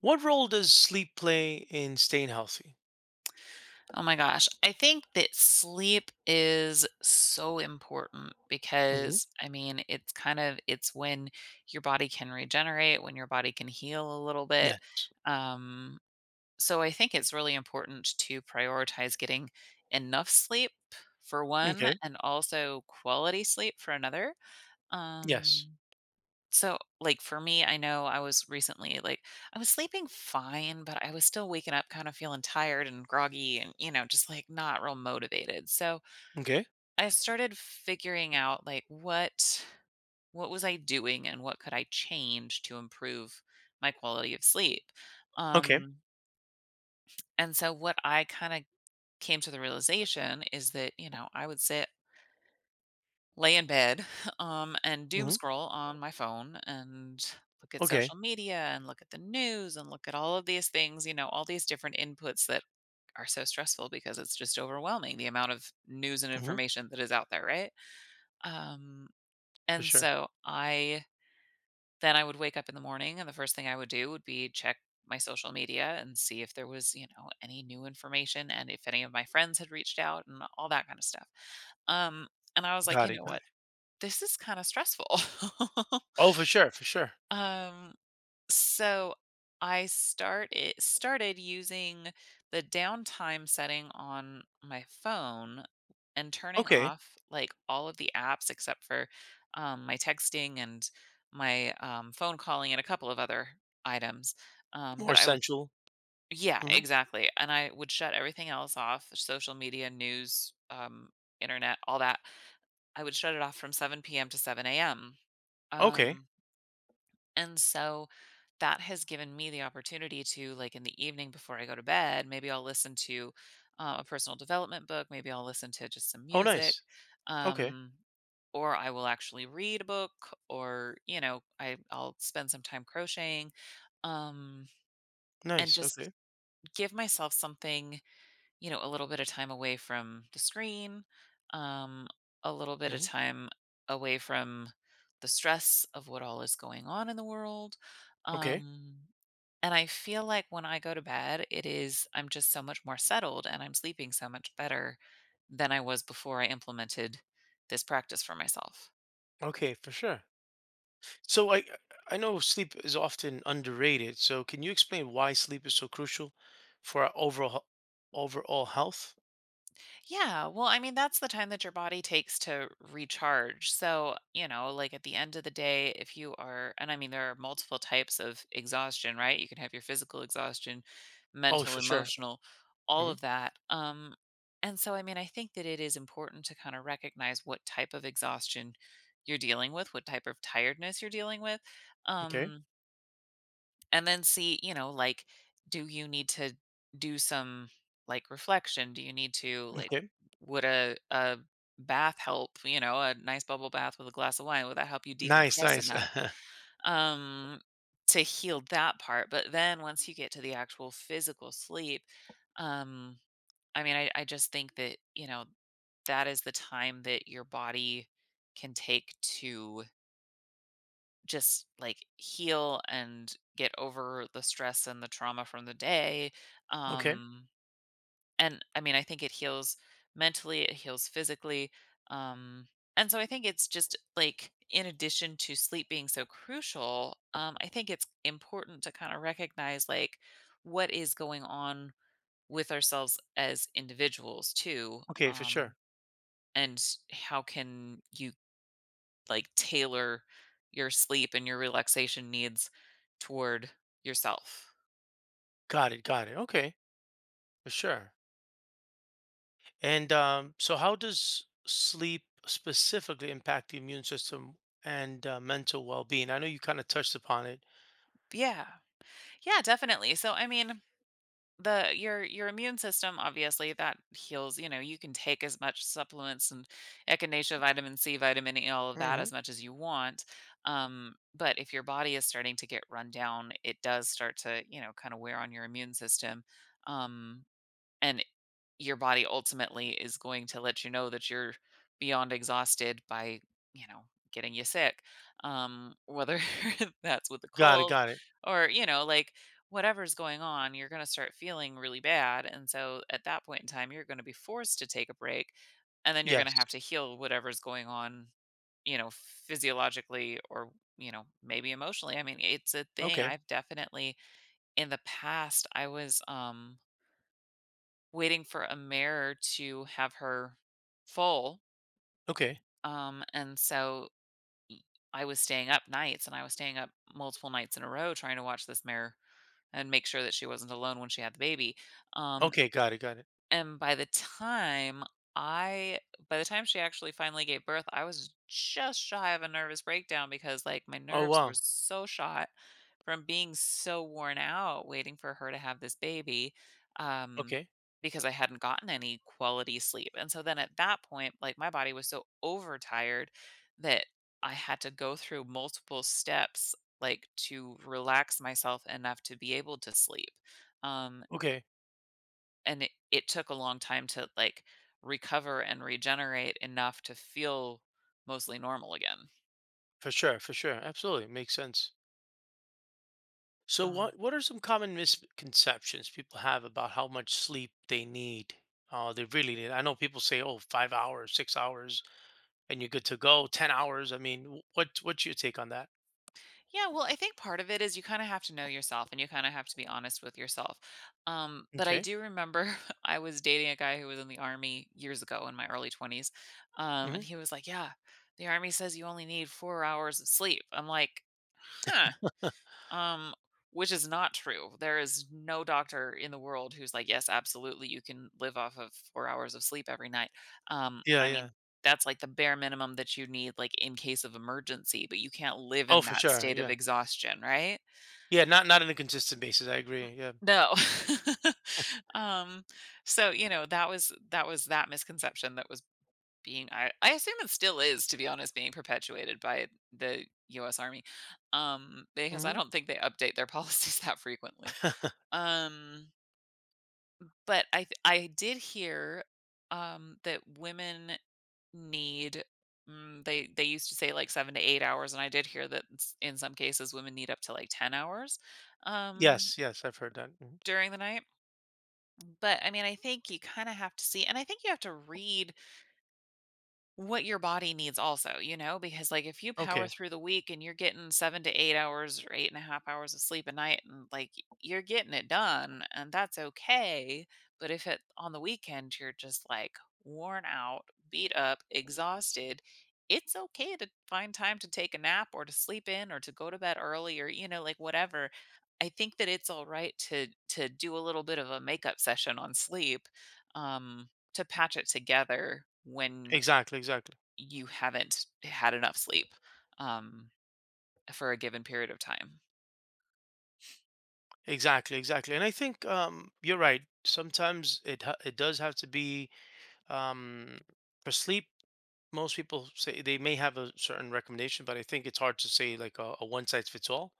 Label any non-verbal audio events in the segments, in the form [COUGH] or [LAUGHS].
What role does sleep play in staying healthy? Oh my gosh. I think that sleep is so important Hmm. because I mean, it's kind of it's when your body can regenerate, when your body can heal a little bit. Yes. Um so I think it's really important to prioritize getting enough sleep for one Okay. and also quality sleep for another. Yes. Um so, like for me, I know I was recently like I was sleeping fine, but I was still waking up kind of feeling tired and groggy and just like not real motivated. So, Okay. I started figuring out like what was I doing and what could I change to improve my quality of sleep. Okay. Um and so what I kind of came to the realization is that, you know, I would sit lay in bed [LAUGHS] and doom Hmm. scroll on my phone and look at Okay. social media and look at the news and look at all of these things, you know, all these different inputs that are so stressful because it's just overwhelming the amount of news and Hmm. information that is out there, right? Um, For and sure. so I then I would wake up in the morning and the first thing I would do would be check my social media and see if there was, you know, any new information and if any of my friends had reached out and all that kind of stuff. Um, and I was like, you Got it. know Got what? it. This is kind of stressful. Oh, for sure. For sure. [LAUGHS] um, so I start it started using the downtime setting on my phone and turning Okay. off like all of the apps except for my texting and my phone calling and a couple of other items. More But I would, essential. yeah, Hmm. exactly. And I would shut everything else off: social media, news, internet, all that. I would shut it off from 7 p.m. to 7 a.m. Okay. Um, And so that has given me the opportunity to, like, in the evening before I go to bed, maybe I'll listen to a personal development book, maybe I'll listen to just some Oh, music. nice. Okay. Um, or I will actually read a book, or you know, I'll spend some time crocheting, um, and Nice. just Okay. give myself something, a little bit of time away from the screen, um, a little bit of Hmm. time away from the stress of what all is going on in the world. Okay. Um, and I feel like when I go to bed, it is, I'm just so much more settled and I'm sleeping so much better than I was before I implemented this practice for myself. Okay. For sure. So I know sleep is often underrated. So can you explain why sleep is so crucial for our overall overall health? Yeah, well, I mean, that's the time that your body takes to recharge. So, you know, like at the end of the day, if you are, and I mean, there are multiple types of exhaustion, right? You can have your physical exhaustion, Oh, mental, for sure. emotional, all Hmm. of that. And so, I mean, I think that it is important to kind of recognize what type of exhaustion you're dealing with, what type of tiredness you're dealing with. Okay. Um, and then see, you know, like, do you need to do some like reflection? Do you need to like Okay. would a bath help, you know, a nice bubble bath with a glass of wine, would that help you Nice. decompress Nice. enough? [LAUGHS] Um to heal that part. But then once you get to the actual physical sleep, um, I mean I just think that, you know, that is the time that your body can take to just like heal and get over the stress and the trauma from the day. Okay. Um, and I mean, I think it heals mentally, it heals physically. Um, and so I think it's just like, in addition to sleep being so crucial, I think it's important to kind of recognize like what is going on with ourselves as individuals too. Okay, for sure. And how can you like tailor your sleep and your relaxation needs toward yourself. Got it. Got it. Okay, for sure. And so, how does sleep specifically impact the immune system and mental well being? I know you kind of touched upon it. Yeah. Yeah, definitely. So I mean, the your immune system obviously that heals, you know, you can take as much supplements and echinacea, vitamin C, vitamin E, all of that Hmm. as much as you want. But if your body is starting to get run down, it does start to, you know, kind of wear on your immune system. Um, and your body ultimately is going to let you know that you're beyond exhausted by, you know, getting you sick. Whether [LAUGHS] that's with a Got it. cold Got it. or, you know, like whatever's going on, you're going to start feeling really bad. And so at that point in time, you're going to be forced to take a break and then you're going Yes. to have to heal whatever's going on, you know, physiologically or, you know, maybe emotionally. I mean, it's a thing Okay. I've definitely in the past, I was, waiting for a mirror to have her full. Okay. And so I was staying up nights and I was staying up multiple nights in a row trying to watch this mirror and make sure that she wasn't alone when she had the baby. Um, Okay. Got it. Got it. and I by the time she actually finally gave birth, I was just shy of a nervous breakdown because like my Oh, nerves were wow. so shot from being so worn out waiting for her to have this baby um Okay. because I hadn't gotten any quality sleep. And so then at that point, like my body was so overtired that I had to go through multiple steps like to relax myself enough to be able to sleep. Um Okay. and it took a long time to like recover and regenerate enough to feel mostly normal again. For sure. For sure. Absolutely. Makes sense. So, Um, what are some common misconceptions people have about how much sleep they need? They really need. I know people say, oh, 5 hours, 6 hours and you're good to go. 10 hours. I mean, what's your take on that? yeah, well, I think part of it is you kind of have to know yourself and you kind of have to be honest with yourself. But I Okay. do remember [LAUGHS] I was dating a guy who was in the army years ago in my early 20s. And Hmm. he was like, yeah, the army says you only need 4 hours of sleep. I'm like, huh. um which is not true. There is no doctor in the world who's like, yes, absolutely you can live off of 4 hours of sleep every night. Yeah, I mean, yeah. that's like the bare minimum that you need, like in case of emergency, but you can't live Oh, in for that sure. state of Yeah. exhaustion, right? Yeah, not not on a consistent basis. I agree. Yeah. No. [LAUGHS] um so you know, that was that misconception that was being, I assume it still is to be honest, being perpetuated by the US Army, because I Hmm. don't think they update their policies [LAUGHS] that frequently. [LAUGHS] Um, but I did hear that women need they used to say like 7 to 8 hours, and I did hear that in some cases women need up to like 10 hours um Yes, yes, I've heard that. Mhm. during the night. But I mean, I think you kind of have to see, and I think you have to read what your body needs also, you know, because like if you power Okay. through the week and you're getting 7 to 8 hours or eight and a half hours of sleep a night, and like you're getting it done, and that's okay. But if it on the weekend you're just like worn out, beat up, exhausted, it's okay to find time to take a nap or to sleep in or to go to bed early or, you know, like whatever. I think that it's all right to do a little bit of a makeup session on sleep. Um, to patch it together when Exactly, exactly. you haven't had enough sleep, um, for a given period of time. Exactly, exactly. And I think you're right. Sometimes it does have to be um for sleep most people say they may have a certain recommendation, but I think it's hard to say like a one size fits all.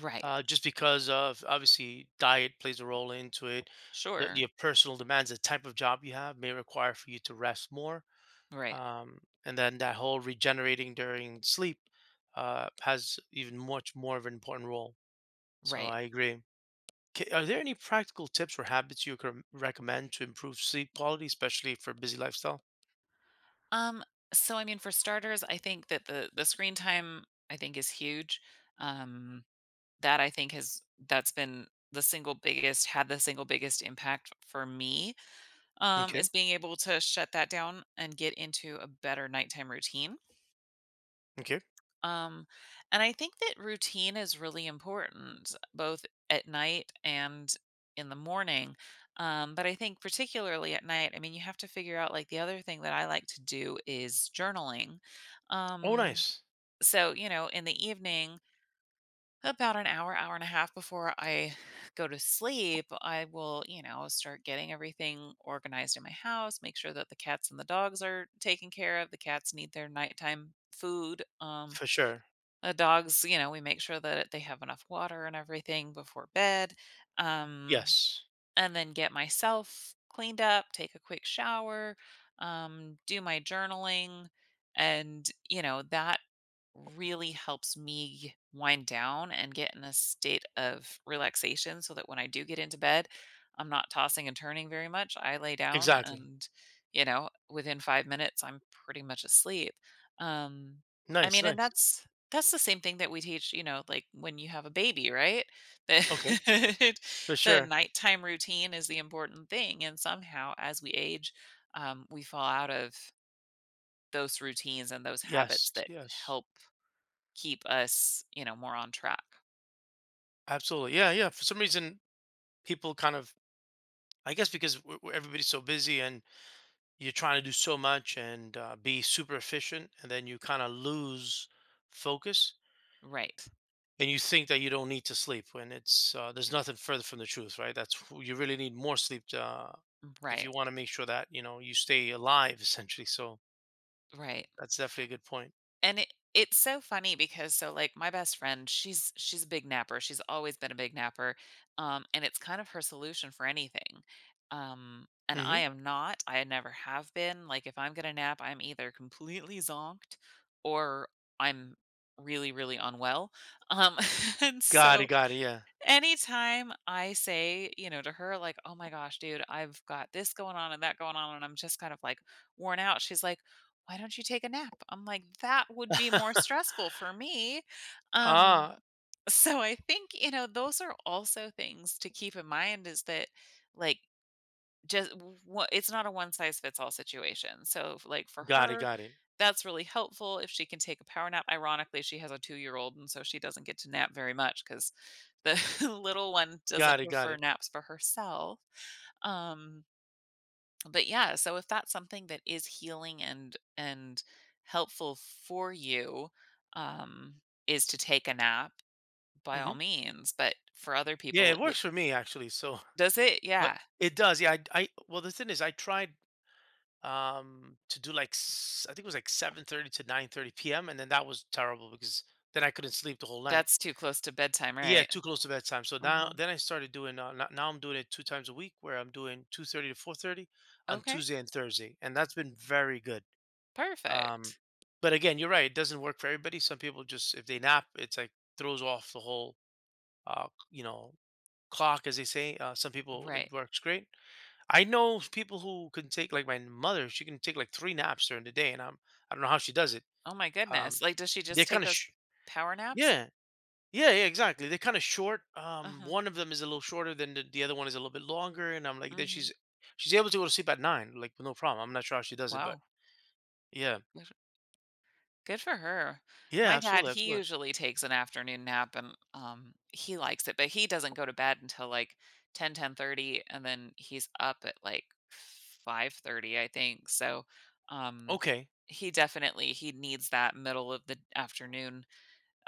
Right. Just because of obviously diet plays a role into it, Sure. your personal demands, the type of job you have may require for you to rest more, Right. um, and then that whole regenerating during sleep has even much more of an important role. So Right. I agree. Are there any practical tips or habits you can recommend to improve sleep quality, especially for busy lifestyle? Um, so I mean, for starters, I think that the screen time I think is huge. Um, that I think has that's been the single biggest impact for me, is Okay. being able to shut that down and get into a better nighttime routine. Okay. Um, and I think that routine is really important, both at night and in the morning. But I think particularly at night, I mean, you have to figure out like the other thing that I like to do is journaling. Oh, Um, nice. so, you know, in the evening, about an hour, hour and a half before I go to sleep, I will, you know, start getting everything organized in my house, make sure that the cats and the dogs are taken care of. The cats need their nighttime food. For sure. The dogs, you know, we make sure that they have enough water and everything before bed. Um, Yes, and then get myself cleaned up, take a quick shower, do my journaling. And, you know, that really helps me wind down and get in a state of relaxation so that when I do get into bed, I'm not tossing and turning very much. I lay down exactly. and, within 5 minutes I'm pretty much asleep. Um I Nice, mean, and nice. that's the same thing that we teach, you know, like when you have a baby, right? [LAUGHS] Okay, That for the sure. nighttime routine is the important thing, and somehow as we age, we fall out of those routines and those Yes, habits that yes, help keep us, you know, more on track. absolutely. Yeah, yeah. For some reason, people kind of, I guess, because everybody's so busy and you're trying to do so much and be super efficient, and then you kind of lose focus Right. and you think that you don't need to sleep when it's there's nothing further from the truth, right? That's you really need more sleep to, if Right. you want to make sure that you know you stay alive, [LAUGHS] essentially. So Right. that's definitely a good point. And it's so funny because, so like my best friend, she's a big napper. She's always been a big napper. And it's kind of her solution for anything. And I Hmm. am not. I never have been. Like, if I'm going to nap, I'm either completely zonked or I'm really unwell. Um [LAUGHS] and Got it, so got it. anytime I say, you know, to her, like, "Oh my gosh, dude, I've got this going on and that going on, and I'm just kind of like worn out," she's like, "Why don't you take a nap?" I'm like, "That would be Yeah. more [LAUGHS] stressful for me." Um, Ah, [LAUGHS] so I think, you know, those are also things to keep in mind, is that, like, just what, it's not a one size fits all situation. So, like for got it, her, got it. that's really helpful if she can take a power nap. Ironically, she has a 2 year old, and so she doesn't get to nap very much because the [LAUGHS] little one doesn't Got it, got prefer it. naps for herself. Um, but yeah, so if that's something that is healing and helpful for you, um, is to take a nap, by all Mhm. means. But for other Yeah, people, it it works for me actually, so does it. [LAUGHS] but Yeah, it does. Yeah, I well, the thing is I tried, to do, like, s I think it was, like, 7:30 to 9:30 p.m., and then that was terrible because then I couldn't sleep the whole night. that's too close to bedtime, Yeah, right? too close to bedtime, so now Uh-huh. then I started doing, no now I'm doing it 2 times a week where I'm doing 2:30 to 4:30 on Okay. Tuesday and Thursday, and that's been very good. Um, Perfect. but again, you're right, it doesn't work for everybody. Some people just if they nap, it's, like, throws off the whole uh, you know, clock, as they say. Some people it Right. works great. I know people who can take like my mother. She can take like three naps during the day, and I don't know how she does it. Oh my goodness. Um, Like, does she they're just take kind of those power naps? yeah, yeah, yeah, exactly. They're kind of short. Uh-huh. One of them is a little shorter than the other one is a little bit longer, and I'm like, then Mhm. she's able to go to sleep at 9, like no problem. I'm not sure how she does it, but Wow. yeah, Good good for her. yeah, My dad, absolutely, he absolutely. usually takes an afternoon nap, and he likes it, but he doesn't go to bed until like 10, 10:30, and then he's up at like 5:30, I think. So, um Okay. he definitely, he needs that middle of the afternoon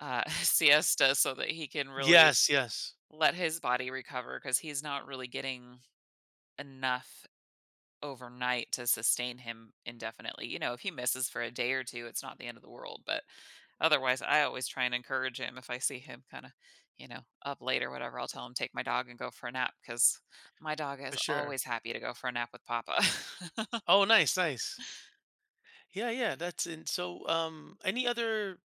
[LAUGHS] siesta so that he can really Yes, yes, let his body recover, because he's not really getting enough overnight to sustain him indefinitely. You know, if he misses for a day or 2, it's not the end of the world, but otherwise, I always try and encourage him. If I see him kinda, you know, up late or whatever, I'll tell him, "Take my dog and go for a nap, because my dog for is sure. always happy to go for a nap with papa." [LAUGHS] Oh, nice, nice. Yeah, yeah, that's in. So, any other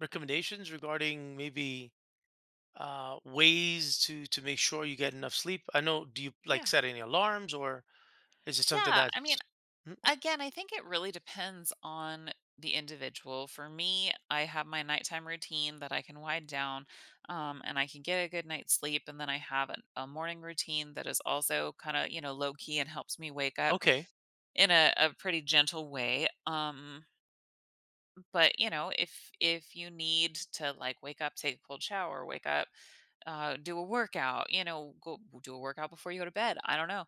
recommendations regarding maybe ways to make sure you get enough sleep? I know. Do you Yeah. like set any alarms, or is it something Yeah, I that's mean, Mm, again, I think it really depends on the individual. For me, I have my nighttime routine that I can wind down, and I can get a good night's sleep. And then I have a morning routine that is also kind of, you know, low key, and helps me wake up okay? in a pretty gentle way. But, you know, if you need to, like, wake up, take a cold shower, wake up, do a workout, you know, go do a workout before you go to bed, I don't know.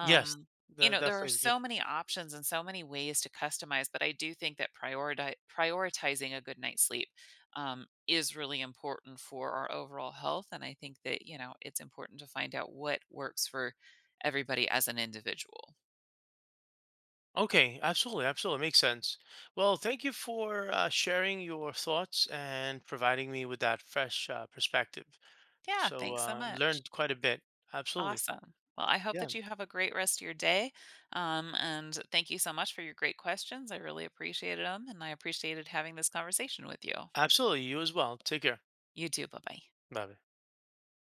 Yes, you that know, there are definitely is good. so many options and so many ways to customize, but I do think that prioritizing a good night's sleep, is really important for our overall health, and I think that, you know, it's important to find out what works for everybody as an individual. Okay, absolutely, absolutely makes sense. Well, thank you for sharing your thoughts and providing me with that fresh perspective. Yeah, So thanks so much. learned quite a bit. Absolutely, Awesome. Well, I hope yeah, that you have a great rest of your day. And thank you so much for your great questions. I really appreciated them, and I appreciated having this conversation with you. absolutely. You as well. Take care. You too. Bye bye. Bye.